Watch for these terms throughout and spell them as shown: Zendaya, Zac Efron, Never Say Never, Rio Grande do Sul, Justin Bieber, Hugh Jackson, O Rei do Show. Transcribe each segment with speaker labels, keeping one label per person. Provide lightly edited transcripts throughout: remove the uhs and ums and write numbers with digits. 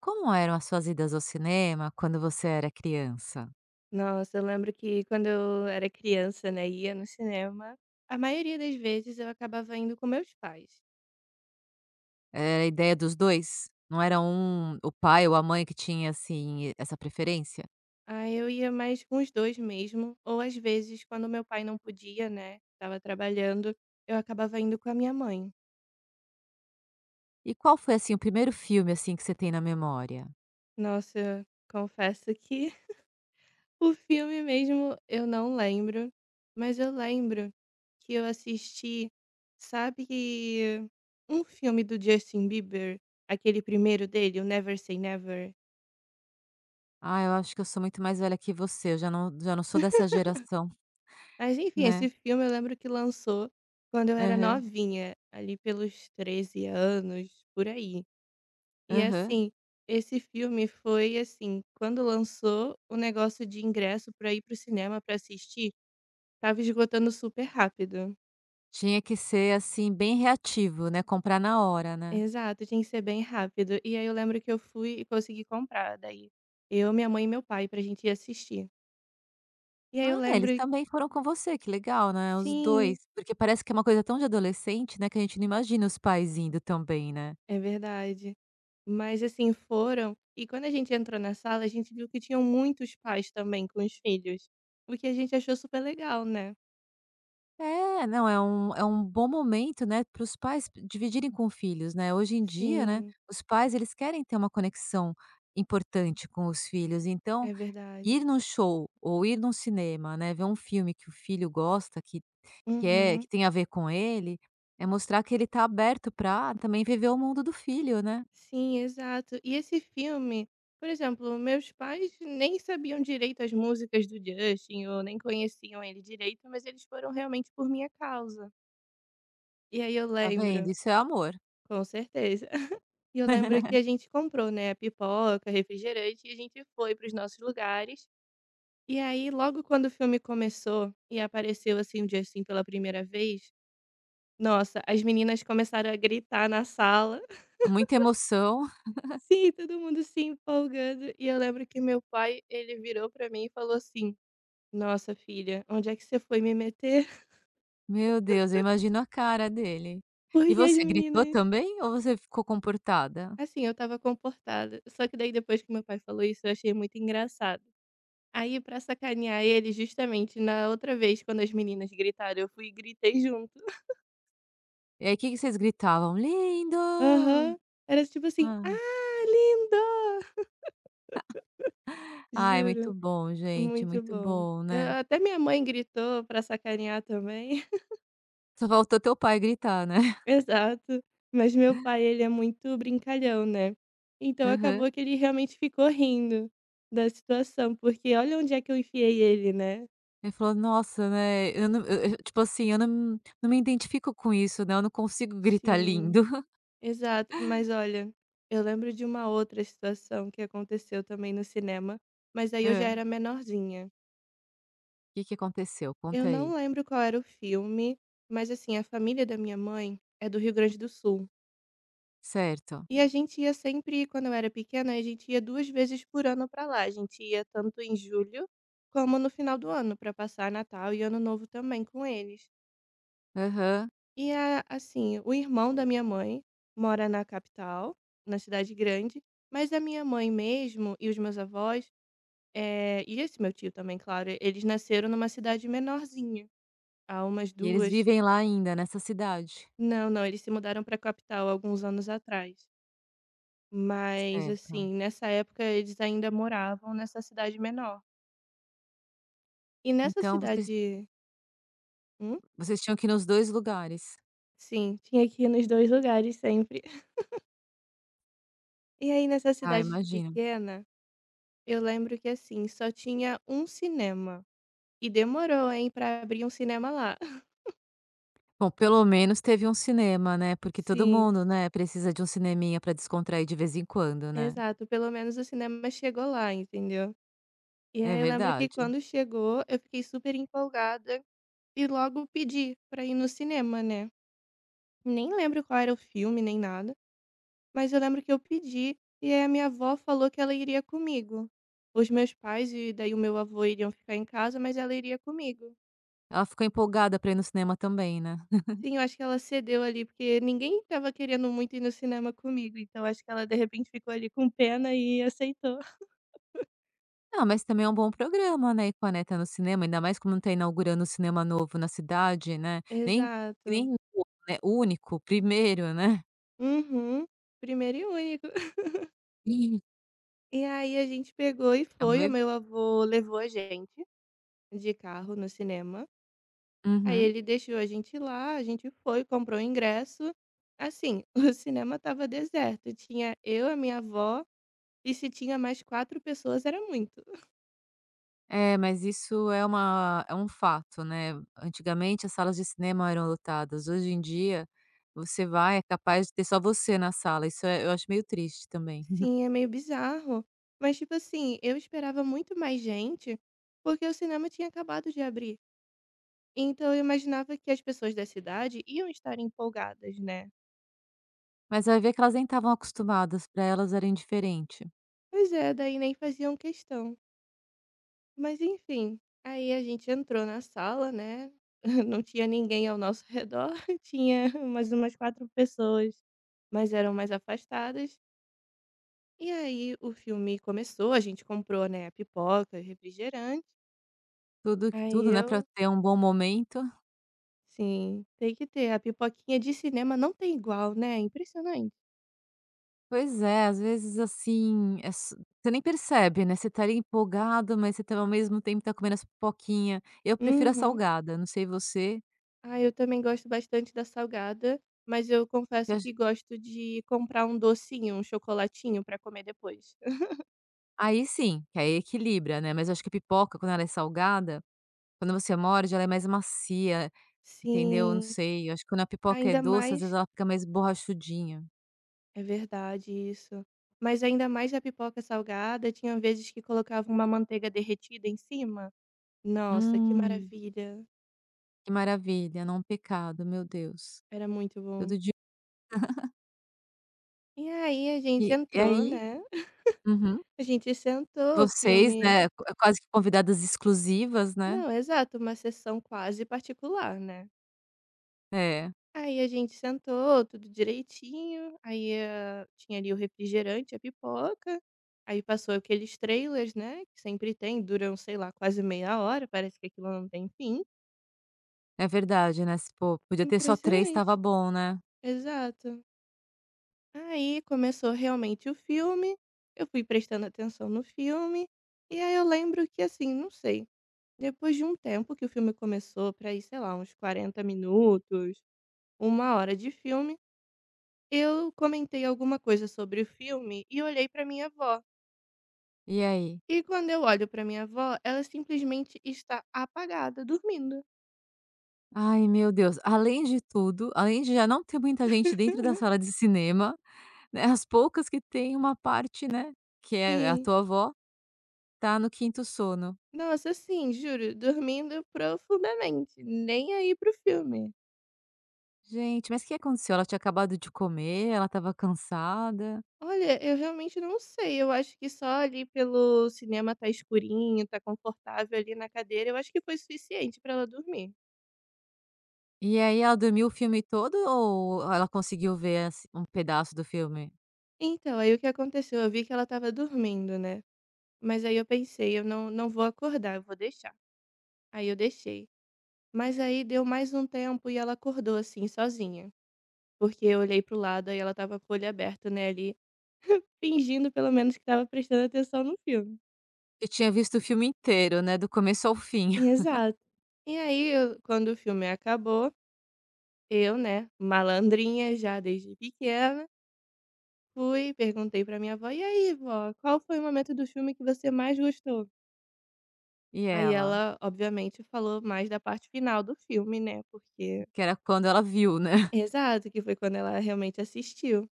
Speaker 1: Como eram as suas idas ao cinema quando você era criança?
Speaker 2: Nossa, eu lembro que quando eu era criança, né, ia no cinema, a maioria das vezes eu acabava indo com meus pais.
Speaker 1: Era a ideia dos 2? Não era o pai ou a mãe que tinha, assim, essa preferência?
Speaker 2: Aí eu ia mais com os dois mesmo, ou às vezes quando meu pai não podia, né, estava trabalhando, eu acabava indo com a minha mãe.
Speaker 1: E qual foi, assim, o primeiro filme, assim, que você tem na memória?
Speaker 2: Nossa, confesso que o filme mesmo eu não lembro, mas eu lembro que eu assisti, sabe, um filme do Justin Bieber, aquele primeiro dele, o Never Say Never.
Speaker 1: "Ah, eu acho que eu sou muito mais velha que você, eu já não sou dessa geração",
Speaker 2: Mas enfim, esse
Speaker 1: né.
Speaker 2: filme eu lembro que lançou quando eu era
Speaker 1: Aham,
Speaker 2: novinha, ali pelos 13 anos, por aí. E
Speaker 1: aham.
Speaker 2: assim, esse filme foi assim, quando lançou, o negócio de ingresso pra ir pro cinema pra assistir tava esgotando super rápido.
Speaker 1: Tinha que ser, assim, bem reativo, né, comprar na hora, né.
Speaker 2: Exato, tinha que ser bem rápido. E aí eu lembro que eu fui e consegui comprar daí. Eu, minha mãe e meu pai pra gente ir assistir. E aí eu
Speaker 1: Ah, é,
Speaker 2: lembro,
Speaker 1: eles também foram com você, que legal, né, os
Speaker 2: sim,
Speaker 1: 2? Porque parece que é uma coisa tão de adolescente, né, que a gente não imagina os pais indo também, né.
Speaker 2: é verdade. Mas assim, foram. E quando a gente entrou na sala, a gente viu que tinham muitos pais também com os filhos. O que a gente achou super legal, né?
Speaker 1: É, não, é um bom momento, né, para os pais dividirem com filhos, né. Hoje em dia, né,
Speaker 2: Sim,
Speaker 1: os pais eles querem ter uma conexão importante com os filhos, então
Speaker 2: é
Speaker 1: ir
Speaker 2: verdade.
Speaker 1: num show ou ir num cinema, né, ver um filme que o filho gosta, que é
Speaker 2: Uhum.
Speaker 1: que tem a ver com ele, é mostrar que ele está aberto para também viver o mundo do filho, né.
Speaker 2: Sim, exato. E esse filme, por exemplo, meus pais nem sabiam direito as músicas do Justin, ou nem conheciam ele direito, mas eles foram realmente por minha causa. E aí eu
Speaker 1: Tá vendo?
Speaker 2: lembro,
Speaker 1: Isso é amor.
Speaker 2: com certeza. E eu lembro que a gente comprou, né, pipoca, refrigerante, e a gente foi para os nossos lugares. E aí, logo quando o filme começou e apareceu, assim, o Justin pela primeira vez, nossa, as meninas começaram a gritar na sala.
Speaker 1: É muita emoção.
Speaker 2: Sim, todo mundo se empolgando. E eu lembro que meu pai, ele virou pra mim e falou assim: "Nossa, filha, onde é que você foi me meter?"
Speaker 1: Meu Deus, eu imagino a cara dele. E
Speaker 2: Porque as
Speaker 1: você gritou
Speaker 2: meninas.
Speaker 1: também ou você ficou comportada?
Speaker 2: Assim, eu tava comportada. Só que daí, depois que meu pai falou isso, eu achei muito engraçado. Aí, pra sacanear ele, justamente na outra vez, quando as meninas gritaram, eu fui e gritei junto.
Speaker 1: E aí, o que que vocês gritavam? "Lindo!"
Speaker 2: Aham. Era tipo assim: "Ah, lindo!"
Speaker 1: Ah, é muito
Speaker 2: Juro,
Speaker 1: bom, gente,
Speaker 2: muito
Speaker 1: muito
Speaker 2: bom.
Speaker 1: bom, né.
Speaker 2: A até minha mãe gritou pra sacanear também.
Speaker 1: Só faltou teu pai gritar, né.
Speaker 2: Exato. Mas meu pai, ele é muito brincalhão, né. Então
Speaker 1: Aham.
Speaker 2: acabou que ele realmente ficou rindo da situação, porque olha onde é que eu enfiei ele, né.
Speaker 1: Ele falou: "Nossa, né, eu não" eu tipo assim, "eu não me identifico com isso, né, eu não consigo gritar
Speaker 2: Sim,
Speaker 1: lindo".
Speaker 2: exato. Mas olha, eu lembro de uma outra situação que aconteceu também no cinema, mas aí eu já
Speaker 1: Hã.
Speaker 2: era menorzinha.
Speaker 1: Que aconteceu?
Speaker 2: Eu
Speaker 1: Conta
Speaker 2: não
Speaker 1: aí.
Speaker 2: lembro qual era o filme, mas assim, a família da minha mãe é do Rio Grande do Sul.
Speaker 1: Certo.
Speaker 2: E a gente ia sempre, quando eu era pequena, a gente ia 2 vezes por ano pra lá. A gente ia tanto em julho como no final do ano, pra passar Natal e Ano Novo também com eles.
Speaker 1: Aham.
Speaker 2: E assim, o irmão da minha mãe mora na capital, na cidade grande, mas a minha mãe mesmo e os meus avós, e esse meu tio também, claro, eles nasceram numa cidade menorzinha, a umas
Speaker 1: E eles
Speaker 2: duas.
Speaker 1: vivem lá ainda, nessa cidade?
Speaker 2: Não, não, eles se mudaram para a capital alguns anos atrás. Mas,
Speaker 1: Certo.
Speaker 2: assim, nessa época eles ainda moravam nessa cidade menor. E nessa
Speaker 1: Então vocês
Speaker 2: cidade, hum?
Speaker 1: vocês tinham que ir nos 2 lugares.
Speaker 2: Sim, tinha que ir nos 2 lugares sempre. E aí nessa
Speaker 1: Ah,
Speaker 2: cidade
Speaker 1: imagino.
Speaker 2: pequena, eu lembro que, assim, só tinha um cinema. E demorou, hein, pra abrir um cinema lá.
Speaker 1: Bom, pelo menos teve um cinema, né, porque todo
Speaker 2: Sim,
Speaker 1: mundo, né, precisa de um cineminha pra descontrair de vez em quando, né.
Speaker 2: exato, pelo menos o cinema chegou lá, entendeu. E
Speaker 1: É
Speaker 2: aí eu lembro que
Speaker 1: verdade.
Speaker 2: quando chegou, eu fiquei super empolgada e logo pedi pra ir no cinema, né. Nem lembro qual era o filme, nem nada, mas eu lembro que eu pedi e aí a minha avó falou que ela iria comigo. Os meus pais e daí o meu avô iriam ficar em casa, mas ela iria comigo.
Speaker 1: Ela ficou empolgada pra ir no cinema também, né.
Speaker 2: Sim, eu acho que ela cedeu ali, porque ninguém estava querendo muito ir no cinema comigo, então acho que ela de repente ficou ali com pena e aceitou.
Speaker 1: Não, mas também é um bom programa, né, ir com a neta no cinema, ainda mais como tá inaugurando um cinema novo na cidade, né, nem
Speaker 2: Exato.
Speaker 1: único, primeiro, né.
Speaker 2: Uhum. Primeiro e único.
Speaker 1: Sim.
Speaker 2: E aí a gente pegou e
Speaker 1: É um
Speaker 2: foi, o
Speaker 1: ev
Speaker 2: meu avô levou a gente de carro no cinema. Aí
Speaker 1: uhum.
Speaker 2: ele deixou a gente lá, a gente foi, comprou o ingresso. Assim, o cinema estava deserto, tinha eu, a minha avó, e se tinha mais quatro pessoas era muito.
Speaker 1: É, mas isso é uma é um fato, né. Antigamente as salas de cinema eram lotadas, hoje em dia, você vai, é capaz de ter só você na sala, isso é, eu acho meio triste também.
Speaker 2: Sim, é meio bizarro. Mas, tipo assim, eu esperava muito mais gente, porque o cinema tinha acabado de abrir. Então eu imaginava que as pessoas da cidade iam estar empolgadas, né?
Speaker 1: Mas vai ver que elas nem estavam acostumadas, para elas era indiferente.
Speaker 2: Pois é, daí nem faziam questão. Mas enfim, aí a gente entrou na sala, né, não tinha ninguém ao nosso redor, tinha mais umas 4 pessoas, mas eram mais afastadas. E aí o filme começou, a gente comprou, né, pipoca, refrigerante.
Speaker 1: Tudo que
Speaker 2: Aí
Speaker 1: tudo, né, para
Speaker 2: eu
Speaker 1: ter um bom momento.
Speaker 2: sim, tem que ter, a pipoquinha de cinema não tem igual, né, é impressionante.
Speaker 1: Pois é, às vezes, assim, é s você nem percebe, né, você tá ali empolgado, mas você tá ao mesmo tempo comendo as pipoquinha. Eu prefiro a
Speaker 2: Uhum.
Speaker 1: salgada, não sei você.
Speaker 2: Ah, eu também gosto bastante da salgada, mas eu confesso que gosto de comprar um docinho, um chocolatinho pra comer depois.
Speaker 1: Aí sim, que aí equilibra, né, mas eu acho que a pipoca quando ela é salgada, quando você morde ela é mais macia, entendeu? Eu não
Speaker 2: Sim.
Speaker 1: sei, eu acho que quando a pipoca é
Speaker 2: Ainda
Speaker 1: doce às vezes
Speaker 2: mais
Speaker 1: ela fica mais borrachudinha.
Speaker 2: é verdade isso. Mas ainda mais a pipoca salgada, tinha vezes que colocava uma manteiga derretida em cima. Nossa, que
Speaker 1: Hum,
Speaker 2: maravilha.
Speaker 1: que maravilha, não, um pecado, meu Deus.
Speaker 2: Era muito bom.
Speaker 1: Todo dia
Speaker 2: E aí a gente
Speaker 1: e
Speaker 2: entrou,
Speaker 1: aí
Speaker 2: né?
Speaker 1: uhum.
Speaker 2: A gente sentou o
Speaker 1: Vocês,
Speaker 2: filme.
Speaker 1: né, quase que convidadas exclusivas, né.
Speaker 2: Não, exato, uma sessão quase particular, né?
Speaker 1: É,
Speaker 2: Aí a gente sentou, tudo direitinho. Aí ah, tinha ali o refrigerante, a pipoca. Aí passou aqueles trailers, né? Que sempre tem, duram, sei lá, quase meia hora, parece que aquilo não tem fim.
Speaker 1: é verdade, né, se pô, podia ter só 3, estava
Speaker 2: Impressionante.
Speaker 1: bom, né.
Speaker 2: Exato. Aí começou realmente o filme, eu fui prestando atenção no filme, e aí eu lembro que assim, não sei, depois de um tempo que o filme começou, pra ir, sei lá, uns 40 minutos, uma hora de filme, eu comentei alguma coisa sobre o filme e olhei pra minha avó.
Speaker 1: E aí?
Speaker 2: E quando eu olho pra minha avó, ela simplesmente está apagada, dormindo.
Speaker 1: Ai meu Deus, além de tudo, além de já não ter muita gente dentro da sala de cinema, né, as poucas que tem, uma parte, né, que é a
Speaker 2: Sim.
Speaker 1: tua avó, tá no quinto sono.
Speaker 2: Nossa, sim, juro, dormindo profundamente, nem aí pro filme.
Speaker 1: Gente, mas o que aconteceu? Ela tinha acabado de comer, ela estava cansada,
Speaker 2: Olha, eu realmente não sei, eu acho que só ali pelo cinema tá escurinho, tá confortável ali na cadeira, eu acho que foi suficiente pra ela dormir.
Speaker 1: e aí ela dormiu o filme todo ou ela conseguiu ver, assim, um pedaço do filme?
Speaker 2: Então, aí o que aconteceu? Eu vi que ela estava dormindo, né, mas aí eu pensei: "Eu não não vou acordar, eu vou deixar". Aí eu deixei. Mas aí deu mais um tempo e ela acordou, assim, sozinha, porque eu olhei para o lado, e ela estava com o olho aberto, né, ali, fingindo pelo menos que estava prestando atenção no filme.
Speaker 1: Eu tinha visto o filme inteiro, né, do começo ao fim.
Speaker 2: Exato. E aí eu quando o filme acabou, eu, né, malandrinha já desde pequena, fui, perguntei pra minha avó: "E aí, vó, qual foi o momento do filme que você mais gostou?".
Speaker 1: E
Speaker 2: Aí
Speaker 1: ela?
Speaker 2: ela, obviamente, falou mais da parte final do filme, né, porque
Speaker 1: Que era quando ela viu, né.
Speaker 2: exato, que foi quando ela realmente assistiu.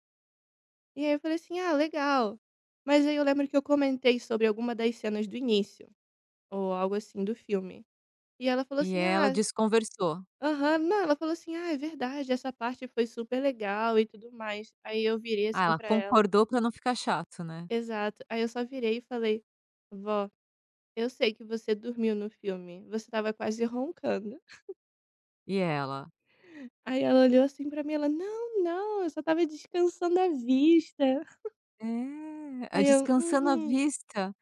Speaker 2: E aí eu falei assim: "Ah, legal". Mas aí eu lembro que eu comentei sobre alguma das cenas do início, ou algo assim do filme. E ela falou
Speaker 1: E
Speaker 2: assim:
Speaker 1: ela
Speaker 2: "Ah,
Speaker 1: desconversou.
Speaker 2: aham", não, ela falou assim: "Ah, é verdade, essa parte foi super legal e tudo mais". Aí eu virei
Speaker 1: Ah,
Speaker 2: assim
Speaker 1: ela
Speaker 2: pra ela.
Speaker 1: concordou pra não ficar chato, né.
Speaker 2: Exato. Aí eu só virei e falei: "Vó, eu sei que você dormiu no filme, você tava quase roncando".
Speaker 1: E ela?
Speaker 2: Aí ela olhou assim pra mim, ela: "Não, não, eu só tava descansando a vista".
Speaker 1: É, ah,
Speaker 2: Aí eu:
Speaker 1: descansando a
Speaker 2: "Uhum,
Speaker 1: vista.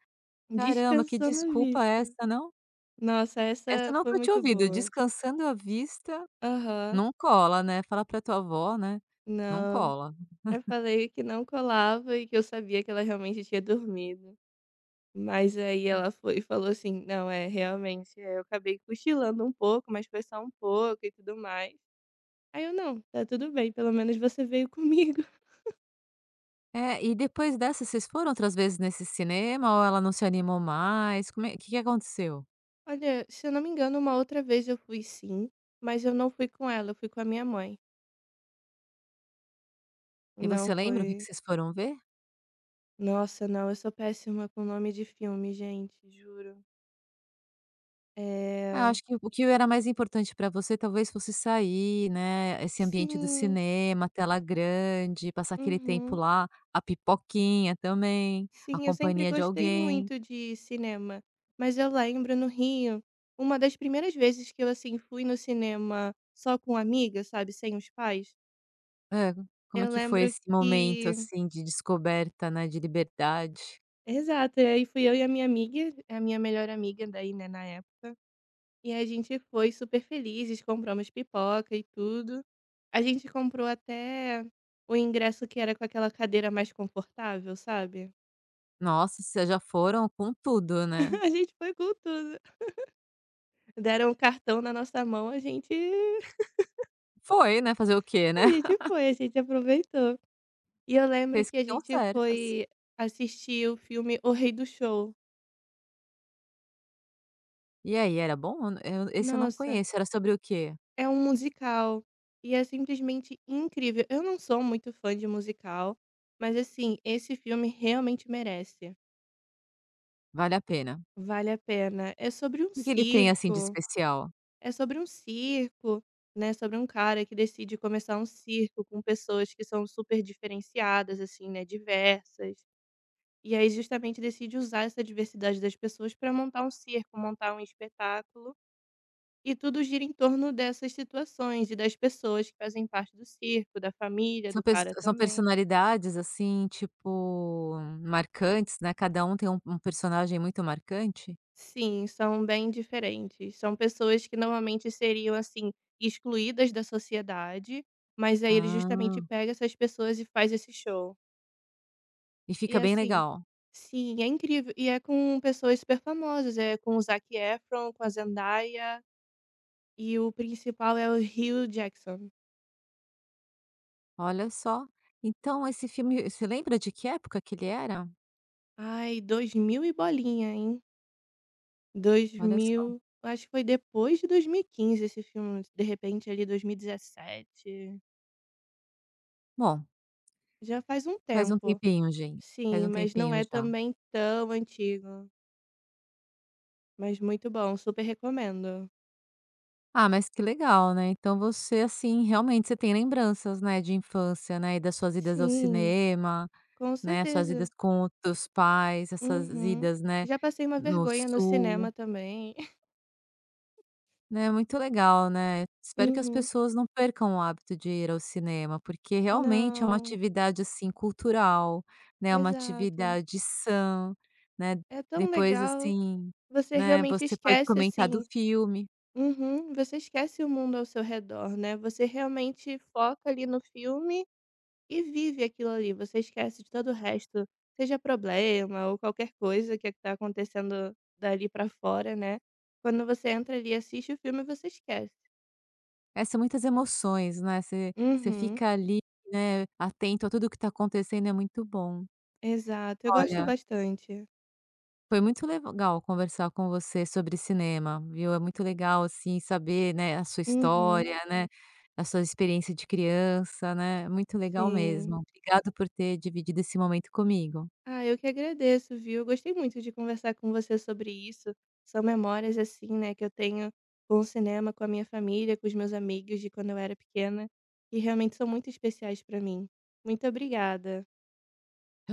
Speaker 1: Caramba, que
Speaker 2: descansando a
Speaker 1: desculpa
Speaker 2: vista".
Speaker 1: essa, não?
Speaker 2: Nossa,
Speaker 1: Essa
Speaker 2: essa
Speaker 1: eu
Speaker 2: foi
Speaker 1: nunca tinha
Speaker 2: muito
Speaker 1: ouvido,
Speaker 2: boa.
Speaker 1: descansando a vista,
Speaker 2: Aham.
Speaker 1: não cola, né, fala pra tua avó, né, não
Speaker 2: Não,
Speaker 1: cola.
Speaker 2: eu falei que não colava e que eu sabia que ela realmente tinha dormido. Mas aí ela foi e falou assim: "Não, é, realmente, eu acabei cochilando um pouco, mas foi só um pouco e tudo mais". Aí eu: "Não, tá tudo bem, pelo menos você veio comigo".
Speaker 1: É, e depois dessa vocês foram outras vezes nesse cinema ou ela não se animou mais? Como é que aconteceu?
Speaker 2: Olha, se eu não me engano, uma outra vez eu fui sim, mas eu não fui com ela, eu fui com a minha mãe.
Speaker 1: E
Speaker 2: Não
Speaker 1: você lembra o que que
Speaker 2: foi
Speaker 1: vocês foram ver?
Speaker 2: Nossa, não, eu sou péssima com nome de filme, gente, juro.
Speaker 1: Ah, eu
Speaker 2: É,
Speaker 1: acho que o que era mais importante pra você talvez fosse sair, né, esse ambiente do
Speaker 2: sim,
Speaker 1: cinema, tela grande, passar aquele tempo
Speaker 2: uhum,
Speaker 1: lá, a pipoquinha também, a
Speaker 2: sim, eu sempre
Speaker 1: companhia de
Speaker 2: gostei
Speaker 1: alguém.
Speaker 2: muito de cinema, mas eu lembro no Rio, uma das primeiras vezes que eu, assim, fui no cinema só com amiga, sabe, sem os pais,
Speaker 1: Hã, como é
Speaker 2: eu
Speaker 1: que foi
Speaker 2: lembro
Speaker 1: esse momento,
Speaker 2: que
Speaker 1: assim, de descoberta, né, de liberdade?
Speaker 2: exato, e aí fui eu e a minha amiga, a minha melhor amiga daí, né, na época, e a gente foi super felizes, compramos pipoca e tudo. A gente comprou até o ingresso que era com aquela cadeira mais confortável, sabe?
Speaker 1: Nossa, vocês já foram com tudo, né.
Speaker 2: A gente foi com tudo. Deram o cartão na nossa mão, a gente
Speaker 1: Foi, né, fazer o quê, né.
Speaker 2: a gente foi, a gente aproveitou. E eu lembro
Speaker 1: Fez
Speaker 2: que
Speaker 1: que
Speaker 2: a
Speaker 1: deu
Speaker 2: gente
Speaker 1: certas.
Speaker 2: foi assistir o filme O Rei do Show.
Speaker 1: E aí, era bom? Esse eu não
Speaker 2: Nossa!
Speaker 1: conheço, era sobre o quê?
Speaker 2: É um musical, e é simplesmente incrível. Eu não sou muito fã de musical, mas assim, esse filme realmente merece.
Speaker 1: Vale a pena.
Speaker 2: Vale a pena. É sobre um
Speaker 1: O que que ele tem, assim, de
Speaker 2: circo,
Speaker 1: especial?
Speaker 2: é sobre um circo, né, sobre um cara que decide começar um circo com pessoas que são super diferenciadas assim, né, diversas. E aí justamente decide usar essa diversidade das pessoas para montar um circo, montar um espetáculo. E tudo gira em torno dessas situações e das pessoas que fazem parte do circo, da família do
Speaker 1: São pes
Speaker 2: cara
Speaker 1: são
Speaker 2: também.
Speaker 1: personalidades, assim, tipo, marcantes, né, cada um tem um personagem muito marcante?
Speaker 2: Sim, são bem diferentes. São pessoas que normalmente seriam, assim, excluídas da sociedade, mas aí ele justamente
Speaker 1: Ah,
Speaker 2: pega essas pessoas e faz esse show.
Speaker 1: e
Speaker 2: E
Speaker 1: fica bem
Speaker 2: assim,
Speaker 1: legal?
Speaker 2: sim, é incrível. E é com pessoas super famosas, é com o Zac Efron, com a Zendaya, e o principal é o Hugh Jackson.
Speaker 1: Olha só. Então esse filme você lembra de que época que ele era?
Speaker 2: Ai, dois mil e bolinha, hein?
Speaker 1: Olha só.
Speaker 2: 2000, acho que foi depois de 2015 esse filme, de repente ali 2017,
Speaker 1: Bom,
Speaker 2: já faz um
Speaker 1: faz um
Speaker 2: tempo.
Speaker 1: tempinho, gente, faz
Speaker 2: Sim,
Speaker 1: um
Speaker 2: mas não
Speaker 1: tempinho
Speaker 2: é
Speaker 1: já.
Speaker 2: também tão antigo, mas muito bom, super recomendo.
Speaker 1: Ah, mas que legal, né, então você, assim, realmente você tem lembranças, né, de infância, né, e das suas idas ao
Speaker 2: Sim,
Speaker 1: cinema,
Speaker 2: com
Speaker 1: né, suas idas
Speaker 2: certeza.
Speaker 1: com os teus pais, essas
Speaker 2: Uhum.
Speaker 1: idas, né,
Speaker 2: Já passei uma
Speaker 1: no
Speaker 2: vergonha no cinema
Speaker 1: sul.
Speaker 2: também.
Speaker 1: Né, é muito legal, né. Espero que as
Speaker 2: Uhum.
Speaker 1: pessoas não percam o hábito de ir ao cinema, porque realmente é uma
Speaker 2: Não,
Speaker 1: atividade, assim, cultural, né, é uma
Speaker 2: exato.
Speaker 1: atividade sã, né.
Speaker 2: É tão
Speaker 1: Depois,
Speaker 2: legal,
Speaker 1: assim,
Speaker 2: você
Speaker 1: né,
Speaker 2: realmente
Speaker 1: você pode
Speaker 2: esquece,
Speaker 1: comentar do
Speaker 2: assim.
Speaker 1: filme.
Speaker 2: Uhum, você esquece o mundo ao seu redor, né, você realmente foca ali no filme e vive aquilo ali, você esquece de todo o resto, seja problema ou qualquer coisa que está acontecendo dali pra fora, né. Quando você entra ali e assiste o filme, você esquece.
Speaker 1: É, são muitas emoções, né, você
Speaker 2: Uhum,
Speaker 1: fica ali, né, atento a tudo o que está acontecendo, é muito bom.
Speaker 2: exato, eu gosto
Speaker 1: Olha,
Speaker 2: bastante.
Speaker 1: foi muito legal conversar com você sobre cinema, viu. É muito legal, assim, saber, né, a sua
Speaker 2: Uhum,
Speaker 1: história, né, a sua experiência de criança, né. Muito legal
Speaker 2: sim.
Speaker 1: mesmo. Obrigado por ter dividido esse momento comigo.
Speaker 2: Ah, eu que agradeço, viu? Eu gostei muito de conversar com você sobre isso. São memórias, assim, né, que eu tenho com o cinema, com a minha família, com os meus amigos de quando eu era pequena, que realmente são muito especiais para mim. Muito obrigada.